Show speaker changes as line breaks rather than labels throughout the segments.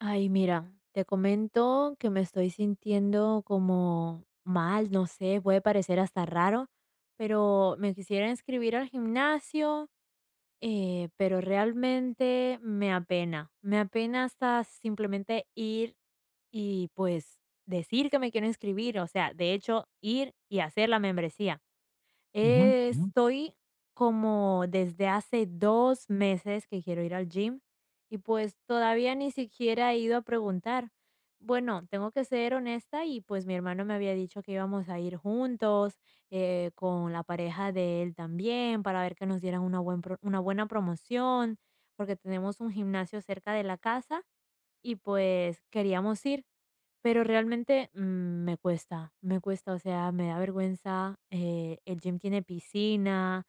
Ay, mira, te comento que me estoy sintiendo como mal, no sé, puede parecer hasta raro, pero me quisiera inscribir al gimnasio, pero realmente me apena. Me apena hasta simplemente ir y pues decir que me quiero inscribir, o sea, de hecho, ir y hacer la membresía.
Ujú, ujú.
Estoy como desde hace 2 meses que quiero ir al gym y, pues, todavía ni siquiera he ido a preguntar. Bueno, tengo que ser honesta y, pues, mi hermano me había dicho que íbamos a ir juntos, con la pareja de él también, para ver que nos dieran una buena promoción, porque tenemos un gimnasio cerca de la casa y, pues, queríamos ir. Pero realmente, me cuesta, o sea, me da vergüenza, el gym tiene piscina,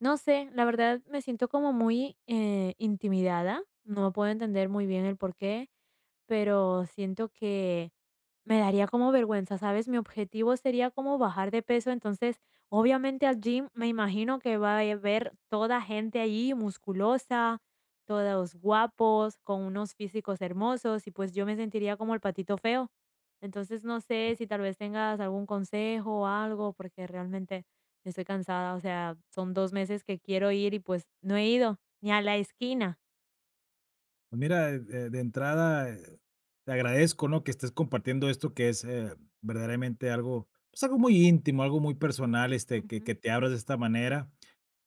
no sé, la verdad me siento como muy, intimidada, no puedo entender muy bien el porqué, pero siento que me daría como vergüenza, ¿sabes? Mi objetivo sería como bajar de peso, entonces, obviamente al gym me imagino que va a haber toda gente allí musculosa, todos guapos, con unos físicos hermosos y pues yo me sentiría como el patito feo. Entonces, no sé si tal vez tengas algún consejo o algo, porque realmente estoy cansada, o sea, son 2 meses que quiero ir y pues no he ido ni a la esquina.
Pues mira, de entrada, te agradezco, ¿no? Que estés compartiendo esto que es, verdaderamente algo, pues algo muy íntimo, algo muy personal, este,
Ujú.
que te abras de esta manera.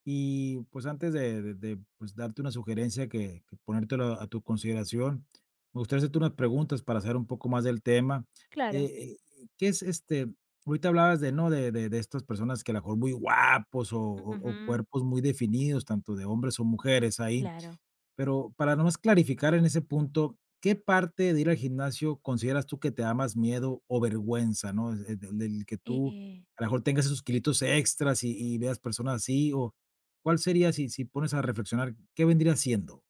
Y pues antes de, pues, darte una sugerencia que ponértelo a tu consideración, me gustaría hacerte unas preguntas para saber un poco más del tema.
Claro.
¿Qué es este? Ahorita hablabas de, ¿no? De estas personas que a lo mejor muy guapos o
Ujú,
cuerpos muy definidos, tanto de hombres o mujeres ahí.
claro.
Pero para nomás clarificar en ese punto, ¿qué parte de ir al gimnasio consideras tú que te da más miedo o vergüenza, no? Es del que tú,
Eh,
a lo mejor, tengas esos kilitos extras y veas personas así, o, ¿cuál sería si si pones a reflexionar, qué vendría siendo?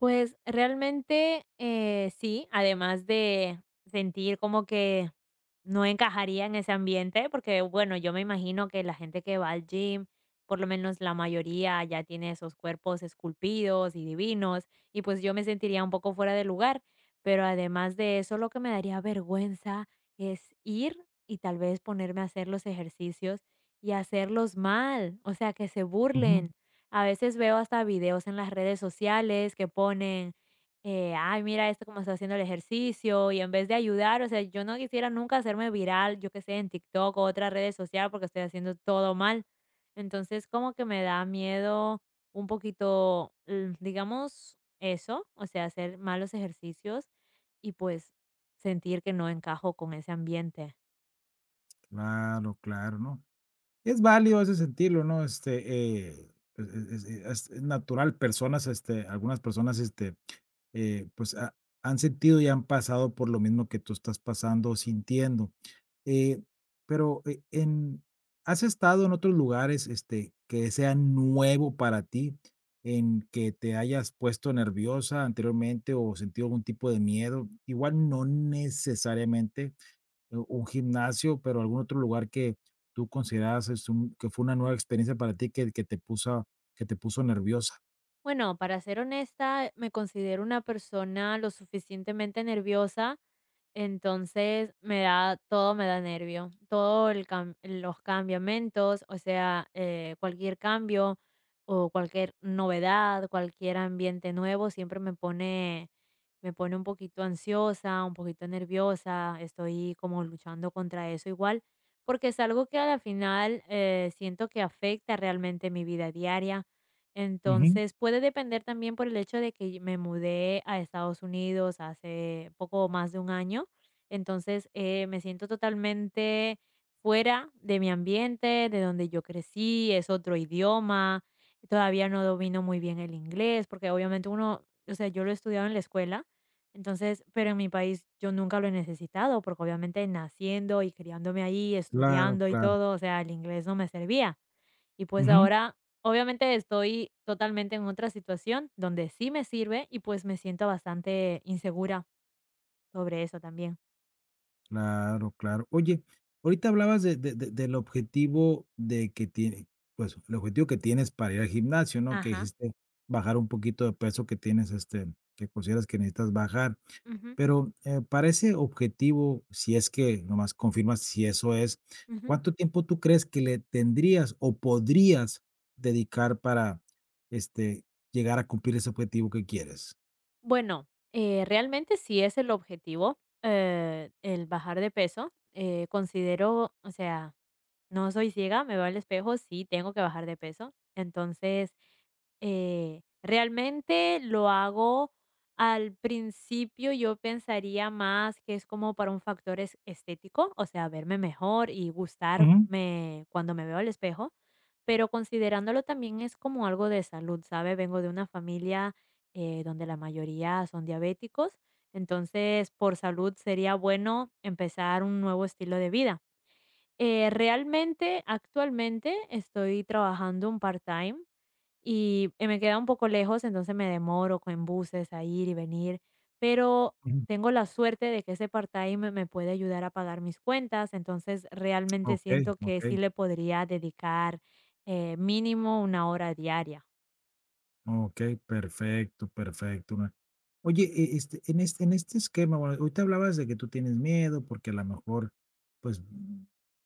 Pues realmente, sí, además de sentir como que no encajaría en ese ambiente, porque bueno, yo me imagino que la gente que va al gym, por lo menos la mayoría ya tiene esos cuerpos esculpidos y divinos, y pues yo me sentiría un poco fuera de lugar, pero además de eso, lo que me daría vergüenza es ir y tal vez ponerme a hacer los ejercicios y hacerlos mal, o sea, que se
Ujú.
burlen. A veces veo hasta videos en las redes sociales que ponen, ay, mira esto cómo está haciendo el ejercicio y en vez de ayudar, o sea, yo no quisiera nunca hacerme viral, yo que sé, en TikTok o otra red social porque estoy haciendo todo mal. Entonces, como que me da miedo un poquito, digamos, eso, o sea, hacer malos ejercicios y pues sentir que no encajo con ese ambiente.
Claro, claro, ¿no? Es válido ese sentirlo, ¿no? Este, pues, es natural, personas, este, algunas personas, este pues han sentido y han pasado por lo mismo que tú estás pasando o sintiendo. Eh, pero en, ¿has estado en otros lugares este, que sea nuevo para ti, en que te hayas puesto nerviosa anteriormente o sentido algún tipo de miedo? Igual no necesariamente un gimnasio, pero algún otro lugar que tú considerabas que fue una nueva experiencia para ti que te puso nerviosa.
Bueno, para ser honesta, me considero una persona lo suficientemente nerviosa. Entonces, me da nervio, todo el cam los cambiamentos, o sea, cualquier cambio o cualquier novedad, cualquier ambiente nuevo, siempre me pone un poquito ansiosa, un poquito nerviosa, estoy como luchando contra eso igual, porque es algo que a la final siento que afecta realmente mi vida diaria.
Ujú,
Entonces puede depender también por el hecho de que me mudé a Estados Unidos hace poco más de 1 año. Entonces, me siento totalmente fuera de mi ambiente, de donde yo crecí, es otro idioma, todavía no domino muy bien el inglés, porque obviamente uno, o sea, yo lo he estudiado en la escuela, entonces, pero en mi país yo nunca lo he necesitado, porque obviamente naciendo y criándome ahí,
claro,
estudiando y
claro.
todo, o sea, el inglés no me servía. Y pues
Ujú.
ahora, obviamente estoy totalmente en otra situación donde sí me sirve y pues me siento bastante insegura sobre eso también.
Claro, claro. Oye, ahorita hablabas de del objetivo de que tiene, pues, el objetivo que tienes para ir al gimnasio, ¿no? Que
Ajá.
dijiste bajar un poquito de peso que tienes, este, que consideras que necesitas bajar.
Ujú,
Pero, para ese objetivo, si es que nomás confirmas si eso es,
ujú.
¿cuánto tiempo tú crees que le tendrías o podrías dedicar para, este, llegar a cumplir ese objetivo que quieres?
Bueno, realmente sí es el objetivo, el bajar de peso. Considero, o sea, no soy ciega, me veo al espejo, sí tengo que bajar de peso. Entonces, realmente lo hago al principio, yo pensaría más que es como para un factor estético, o sea, verme mejor y
Ujú,
gustarme cuando me veo al espejo, pero considerándolo también es como algo de salud, ¿sabe? Vengo de una familia donde la mayoría son diabéticos, entonces por salud sería bueno empezar un nuevo estilo de vida. Realmente, actualmente estoy trabajando un part-time y me queda un poco lejos, entonces me demoro con buses a ir y venir, pero
ujú.
tengo la suerte de que ese part-time me puede ayudar a pagar mis cuentas, entonces realmente
Okey,
siento que
okey.
sí le podría dedicar mínimo 1 hora diaria.
Okey, perfecto, perfecto, una oye, este, en este en este esquema, bueno, ahorita hablabas de que tú tienes miedo porque a lo mejor, pues,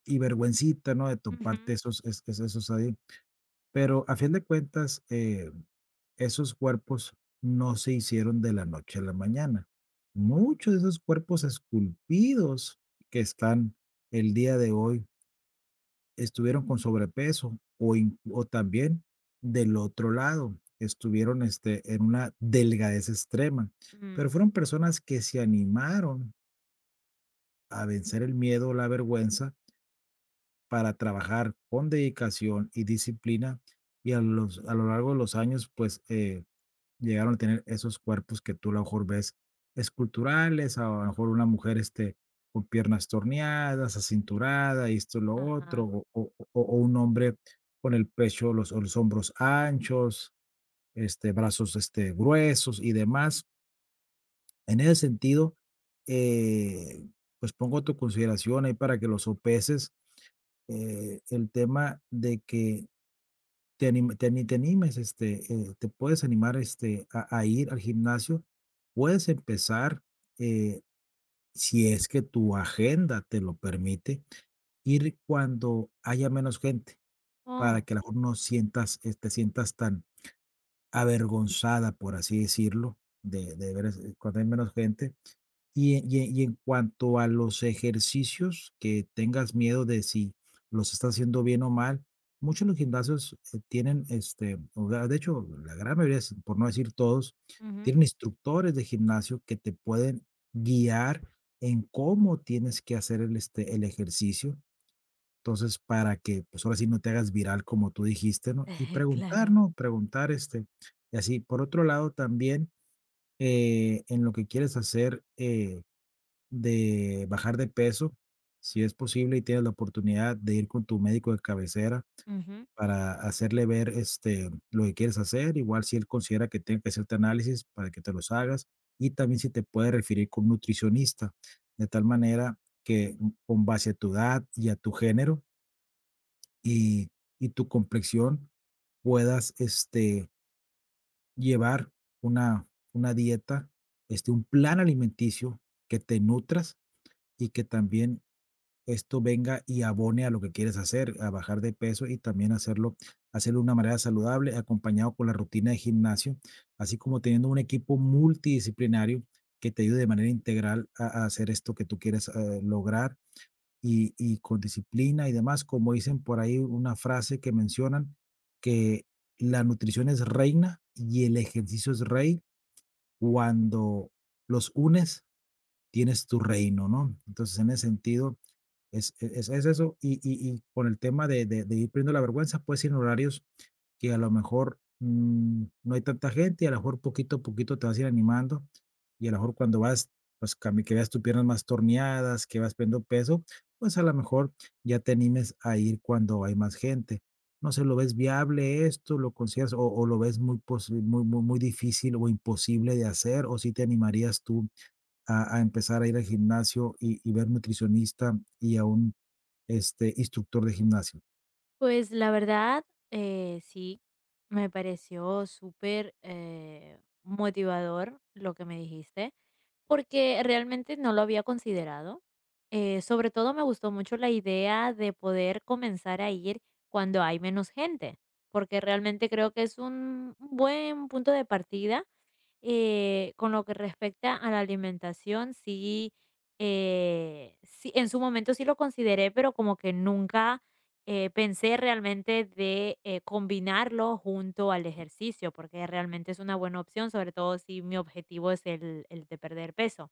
y vergüencita, ¿no?, de
Ujú,
toparte esos es esos ahí, pero a fin de cuentas, esos cuerpos no se hicieron de la noche a la mañana.
ujú,
Muchos de esos cuerpos esculpidos que están el día de hoy estuvieron con sobrepeso o también del otro lado, estuvieron este, en una delgadez extrema,
ujú.
pero fueron personas que se animaron a vencer el miedo o la vergüenza para trabajar con dedicación y disciplina y a, los, a lo largo de los años, pues llegaron a tener esos cuerpos que tú a lo mejor ves esculturales, a lo mejor una mujer, este, con piernas torneadas, acinturada, y esto, lo otro,
Ajá.
o un hombre con el pecho, los o los hombros anchos, este, brazos, este, gruesos y demás. En ese sentido, eh, pues, pongo a tu consideración ahí para que lo sopeses, el tema de que te animes, este, te puedes animar este, a ir al gimnasio. Puedes empezar, eh, si es que tu agenda te lo permite, ir cuando haya menos gente, para
Oh,
que a lo mejor no sientas, te sientas tan avergonzada, por así decirlo, de, cuando hay menos gente y en cuanto a los ejercicios que tengas miedo de si los estás haciendo bien o mal, muchos de los gimnasios, tienen, este, o sea, de hecho, la gran mayoría, s por no decir todos,
ujú.
tienen instructores de gimnasio que te pueden guiar en cómo tienes que hacer el, este, el ejercicio. Entonces, para que, pues, ahora sí no te hagas viral, como tú dijiste, ¿no? Y preguntar,
Claro.
¿no? Preguntar, este, y así. Por otro lado, también, en lo que quieres hacer, de bajar de peso, si es posible y tienes la oportunidad de ir con tu médico de cabecera
Ujú.
para hacerle ver, este, lo que quieres hacer, igual si él considera que tiene que hacerte análisis para que te los hagas, y también si te puede referir con un nutricionista, de tal manera que mm, con base a tu edad y a tu género y y tu complexión puedas, este, llevar una una dieta, este, un plan alimenticio que te nutras y que también esto venga y abone a lo que quieres hacer, a bajar de peso y también hacerlo, hacerlo de una manera saludable, acompañado con la rutina de gimnasio, así como teniendo un equipo multidisciplinario que te ayude de manera integral a hacer esto que tú quieres lograr y con disciplina y demás, como dicen por ahí una frase que mencionan, que la nutrición es reina y el ejercicio es rey. Cuando los unes, tienes tu reino, ¿no? Entonces, en ese sentido, es eso, y con el tema de ir perdiendo la vergüenza, puedes ir en horarios que a lo mejor, no hay tanta gente, y a lo mejor poquito a poquito te vas a ir animando, y a lo mejor cuando vas, pues, cami que veas tus piernas más torneadas, que vas perdiendo peso, pues, a lo mejor ya te animes a ir cuando hay más gente. No sé, ¿lo ves viable esto? ¿Lo consideras o lo ves muy muy muy difícil o imposible de hacer? ¿O sí te animarías tú a empezar a ir al gimnasio y ver nutricionista y aún este, instructor de gimnasio?
Pues la verdad, sí, me pareció súper motivador lo que me dijiste, porque realmente no lo había considerado. Sobre todo me gustó mucho la idea de poder comenzar a ir cuando hay menos gente, porque realmente creo que es un buen punto de partida. Con lo que respecta a la alimentación, sí, sí, en su momento sí lo consideré, pero como que nunca pensé realmente de combinarlo junto al ejercicio, porque realmente es una buena opción, sobre todo si mi objetivo es el de perder peso.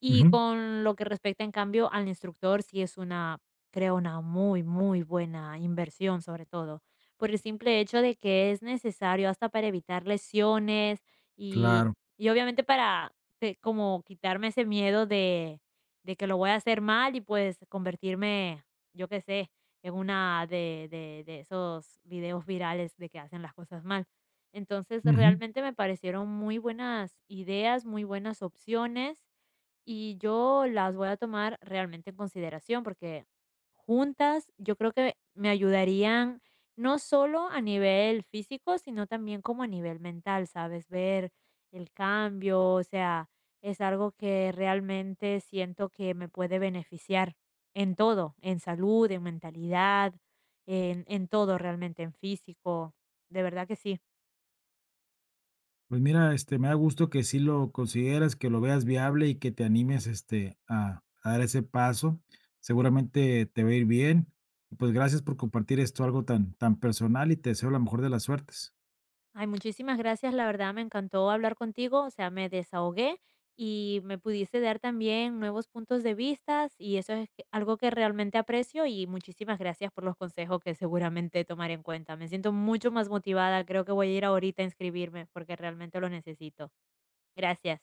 Y
Ujú,
con lo que respecta, en cambio, al instructor, sí es una, creo, una muy, muy buena inversión, sobre todo, por el simple hecho de que es necesario hasta para evitar lesiones y,
claro.
y obviamente para como quitarme ese miedo de que lo voy a hacer mal y pues convertirme, yo qué sé, en una de esos videos virales de que hacen las cosas mal. Entonces,
Ujú.
realmente me parecieron muy buenas ideas, muy buenas opciones y yo las voy a tomar realmente en consideración porque juntas yo creo que me ayudarían no solo a nivel físico, sino también como a nivel mental, ¿sabes? Ver el cambio, o sea, es algo que realmente siento que me puede beneficiar en todo, en salud, en mentalidad, en todo realmente, en físico. De verdad que sí.
Pues mira, este, me da gusto que sí lo consideras, que lo veas viable y que te animes, este, a dar ese paso. Seguramente te va a ir bien. Y pues gracias por compartir esto, algo tan, tan personal y te deseo la mejor de las suertes.
Ay, muchísimas gracias, la verdad me encantó hablar contigo, o sea, me desahogué y me pudiste dar también nuevos puntos de vistas y eso es algo que realmente aprecio y muchísimas gracias por los consejos que seguramente tomaré en cuenta. Me siento mucho más motivada, creo que voy a ir ahorita a inscribirme porque realmente lo necesito. Gracias.